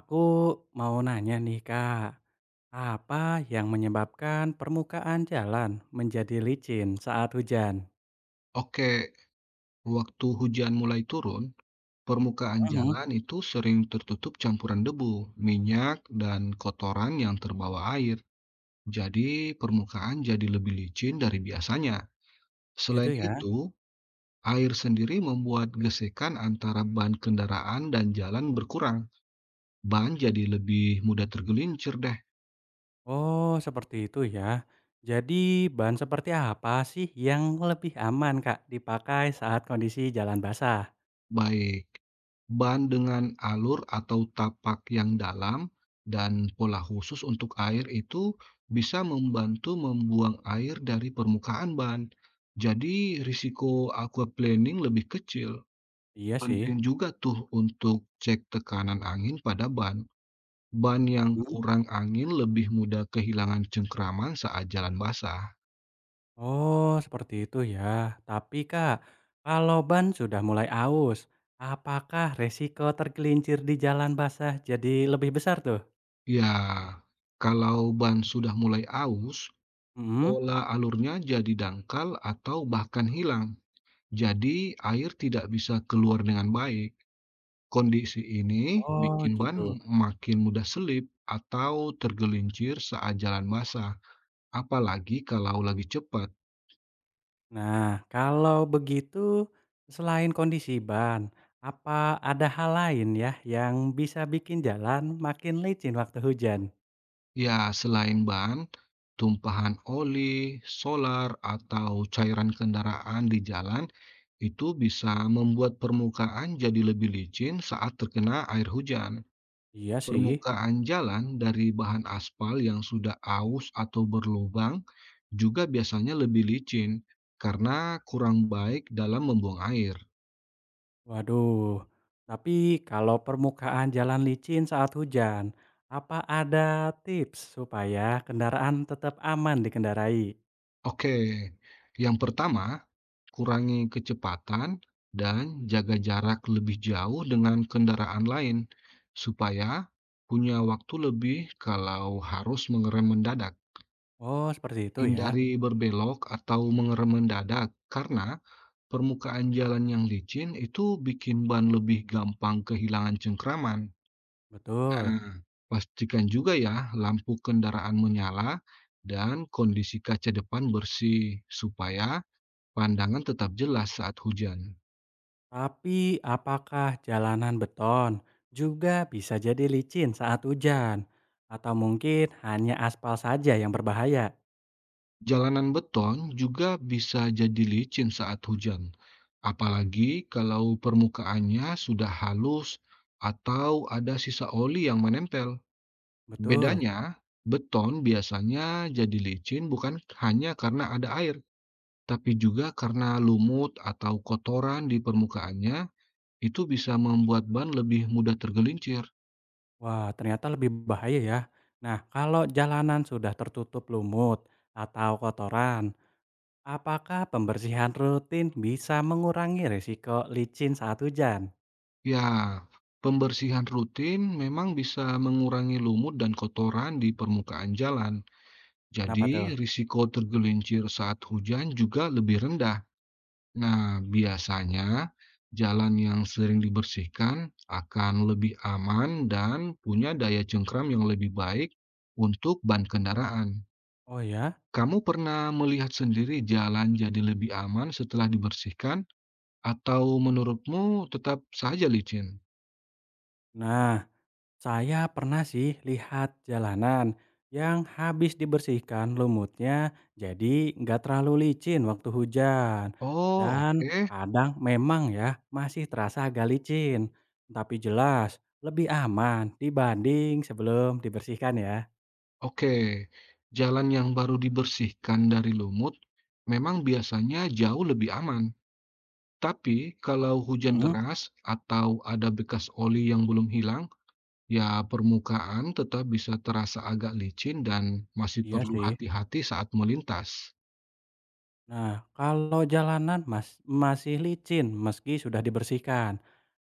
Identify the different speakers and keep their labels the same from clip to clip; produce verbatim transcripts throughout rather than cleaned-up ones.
Speaker 1: Aku mau nanya nih Kak, apa yang menyebabkan permukaan jalan menjadi licin saat hujan?
Speaker 2: Oke, waktu hujan mulai turun, permukaan
Speaker 1: Mhm.
Speaker 2: jalan itu sering tertutup campuran debu, minyak, dan kotoran yang terbawa air. Jadi, permukaan jadi lebih licin dari biasanya.
Speaker 1: Gitu
Speaker 2: Selain
Speaker 1: ya?
Speaker 2: itu, air sendiri membuat gesekan antara ban kendaraan dan jalan berkurang. Ban jadi lebih mudah tergelincir deh.
Speaker 1: Oh, seperti itu ya. Jadi bahan seperti apa sih yang lebih aman Kak dipakai saat kondisi jalan basah?
Speaker 2: Baik. Ban dengan alur atau tapak yang dalam dan pola khusus untuk air itu bisa membantu membuang air dari permukaan ban. Jadi risiko aquaplaning lebih kecil.
Speaker 1: Iya sih.
Speaker 2: Penting juga tuh untuk cek tekanan angin pada ban. Ban yang
Speaker 1: Mhm.
Speaker 2: kurang angin lebih mudah kehilangan cengkraman saat jalan basah.
Speaker 1: Oh, seperti itu ya. Tapi Kak, kalau ban sudah mulai aus, apakah resiko tergelincir di jalan basah jadi lebih besar tuh?
Speaker 2: Ya, kalau ban sudah mulai aus,
Speaker 1: Mhm.
Speaker 2: pola alurnya jadi dangkal atau bahkan hilang, jadi air tidak bisa keluar dengan baik. Kondisi ini
Speaker 1: Oh
Speaker 2: bikin ban
Speaker 1: gitu.
Speaker 2: makin mudah selip atau tergelincir saat jalan basah, apalagi kalau lagi cepat.
Speaker 1: Nah, kalau begitu selain kondisi ban, apa ada hal lain ya yang bisa bikin jalan makin licin waktu hujan?
Speaker 2: Ya, selain ban, tumpahan oli, solar, atau cairan kendaraan di jalan itu bisa membuat permukaan jadi lebih licin saat terkena air hujan.
Speaker 1: Iya sih.
Speaker 2: Permukaan jalan dari bahan aspal yang sudah aus atau berlubang juga biasanya lebih licin karena kurang baik dalam membuang air.
Speaker 1: Waduh. Tapi kalau permukaan jalan licin saat hujan, apa ada tips supaya kendaraan tetap aman dikendarai?
Speaker 2: Oke, yang pertama, kurangi kecepatan dan jaga jarak lebih jauh dengan kendaraan lain supaya punya waktu lebih kalau harus mengerem mendadak.
Speaker 1: Oh, seperti itu ya.
Speaker 2: Hindari berbelok atau mengerem mendadak, karena permukaan jalan yang licin itu bikin ban lebih gampang kehilangan cengkraman.
Speaker 1: Betul.
Speaker 2: Nah, pastikan juga ya lampu kendaraan menyala dan kondisi kaca depan bersih supaya pandangan tetap jelas saat hujan.
Speaker 1: Tapi, apakah jalanan beton juga bisa jadi licin saat hujan? Atau mungkin hanya aspal saja yang berbahaya?
Speaker 2: Jalanan beton juga bisa jadi licin saat hujan, apalagi kalau permukaannya sudah halus atau ada sisa oli yang menempel.
Speaker 1: Betul.
Speaker 2: Bedanya, beton biasanya jadi licin bukan hanya karena ada air, tapi juga karena lumut atau kotoran di permukaannya itu bisa membuat ban lebih mudah tergelincir.
Speaker 1: Wah, ternyata lebih bahaya ya. Nah, kalau jalanan sudah tertutup lumut atau kotoran, apakah pembersihan rutin bisa mengurangi risiko licin saat hujan?
Speaker 2: Ya, pembersihan rutin memang bisa mengurangi lumut dan kotoran di permukaan jalan.
Speaker 1: Kenapa
Speaker 2: Jadi,
Speaker 1: tuh?
Speaker 2: risiko tergelincir saat hujan juga lebih rendah. Nah, biasanya jalan yang sering dibersihkan akan lebih aman dan punya daya cengkram yang lebih baik untuk ban kendaraan.
Speaker 1: Oh ya?
Speaker 2: Kamu pernah melihat sendiri jalan jadi lebih aman setelah dibersihkan, atau menurutmu tetap saja licin?
Speaker 1: Nah, saya pernah sih lihat jalanan yang habis dibersihkan lumutnya jadi nggak terlalu licin waktu hujan.
Speaker 2: Oh,
Speaker 1: Dan
Speaker 2: oke,
Speaker 1: kadang memang ya masih terasa agak licin, tapi jelas lebih aman dibanding sebelum dibersihkan ya.
Speaker 2: oke. Jalan yang baru dibersihkan dari lumut memang biasanya jauh lebih aman. Tapi kalau hujan
Speaker 1: Mhm,
Speaker 2: deras atau ada bekas oli yang belum hilang, ya permukaan tetap bisa terasa agak licin dan masih
Speaker 1: iya
Speaker 2: perlu
Speaker 1: sih.
Speaker 2: hati-hati saat melintas.
Speaker 1: Nah, kalau jalanan mas masih licin meski sudah dibersihkan,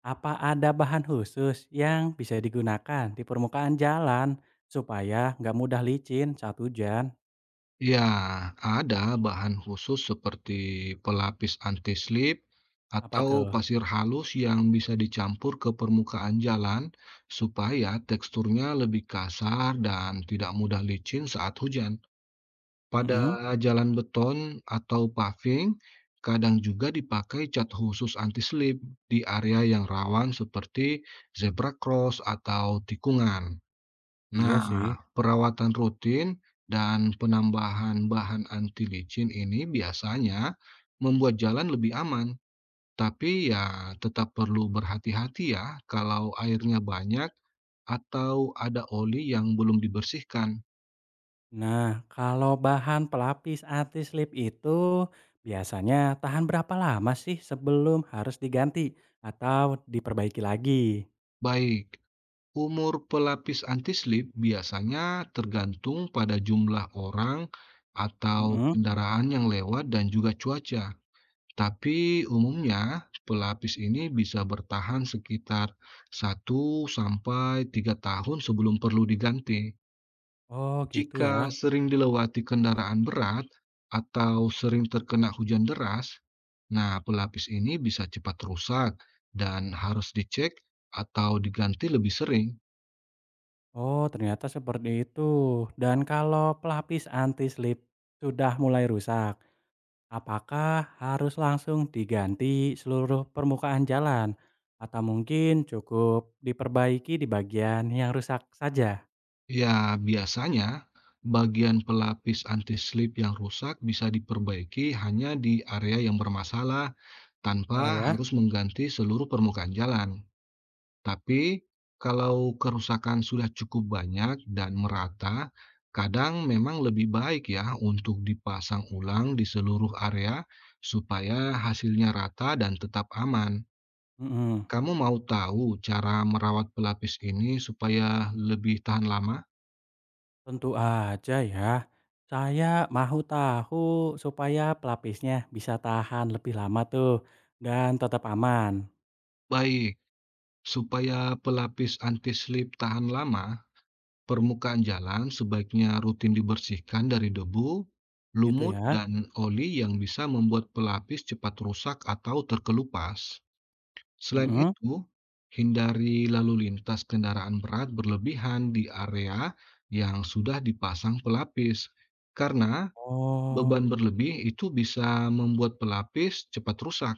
Speaker 1: apa ada bahan khusus yang bisa digunakan di permukaan jalan supaya nggak mudah licin saat hujan?
Speaker 2: Ya, ada bahan khusus seperti pelapis anti-slip
Speaker 1: Apa
Speaker 2: atau
Speaker 1: tuh?
Speaker 2: pasir halus yang bisa dicampur ke permukaan jalan supaya teksturnya lebih kasar dan tidak mudah licin saat hujan.
Speaker 1: Mhm,
Speaker 2: Pada jalan beton atau paving, kadang juga dipakai cat khusus anti-slip di area yang rawan seperti zebra cross atau tikungan.
Speaker 1: iya
Speaker 2: Nah,
Speaker 1: sih.
Speaker 2: perawatan rutin dan penambahan bahan anti licin ini biasanya membuat jalan lebih aman. Tapi ya tetap perlu berhati-hati ya kalau airnya banyak atau ada oli yang belum dibersihkan.
Speaker 1: Nah, kalau bahan pelapis anti-slip itu biasanya tahan berapa lama sih sebelum harus diganti atau diperbaiki lagi?
Speaker 2: Baik, umur pelapis anti-slip biasanya tergantung pada jumlah orang atau
Speaker 1: Mhm.
Speaker 2: kendaraan yang lewat dan juga cuaca. Tapi umumnya pelapis ini bisa bertahan sekitar satu sampai tiga tahun sebelum perlu diganti.
Speaker 1: Oh, gitu
Speaker 2: Jika
Speaker 1: ya.
Speaker 2: sering dilewati kendaraan berat atau sering terkena hujan deras, nah pelapis ini bisa cepat rusak dan harus dicek atau diganti lebih sering.
Speaker 1: Oh, ternyata seperti itu. Dan kalau pelapis anti-slip sudah mulai rusak, apakah harus langsung diganti seluruh permukaan jalan atau mungkin cukup diperbaiki di bagian yang rusak saja?
Speaker 2: Ya, biasanya bagian pelapis anti-slip yang rusak bisa diperbaiki hanya di area yang bermasalah tanpa
Speaker 1: Oh ya?
Speaker 2: harus mengganti seluruh permukaan jalan. Tapi kalau kerusakan sudah cukup banyak dan merata, kadang memang lebih baik ya untuk dipasang ulang di seluruh area supaya hasilnya rata dan tetap aman.
Speaker 1: Mhm.
Speaker 2: Kamu mau tahu cara merawat pelapis ini supaya lebih tahan lama?
Speaker 1: Tentu aja ya. Saya mau tahu supaya pelapisnya bisa tahan lebih lama tuh dan tetap aman,
Speaker 2: Baik. Supaya pelapis anti-slip tahan lama, permukaan jalan sebaiknya rutin dibersihkan dari debu,
Speaker 1: gitu
Speaker 2: lumut,
Speaker 1: ya?
Speaker 2: dan oli yang bisa membuat pelapis cepat rusak atau terkelupas. Selain
Speaker 1: Mhm.
Speaker 2: itu, hindari lalu lintas kendaraan berat berlebihan di area yang sudah dipasang pelapis, karena
Speaker 1: Oh.
Speaker 2: beban berlebih itu bisa membuat pelapis cepat rusak.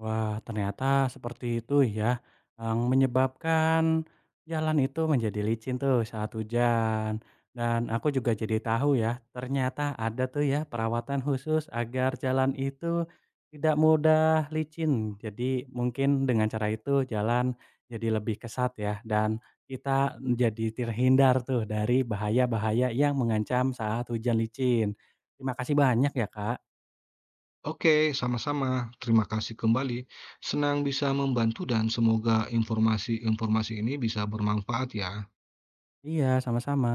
Speaker 1: Wah, ternyata seperti itu ya, yang menyebabkan jalan itu menjadi licin tuh saat hujan. Dan aku juga jadi tahu ya, ternyata ada tuh ya perawatan khusus agar jalan itu tidak mudah licin. Jadi mungkin dengan cara itu jalan jadi lebih kesat ya, dan kita jadi terhindar tuh dari bahaya-bahaya yang mengancam saat hujan licin. Terima kasih banyak ya, Kak.
Speaker 2: Oke, sama-sama. Terima kasih kembali. Senang bisa membantu dan semoga informasi-informasi ini bisa bermanfaat ya.
Speaker 1: Iya, sama-sama.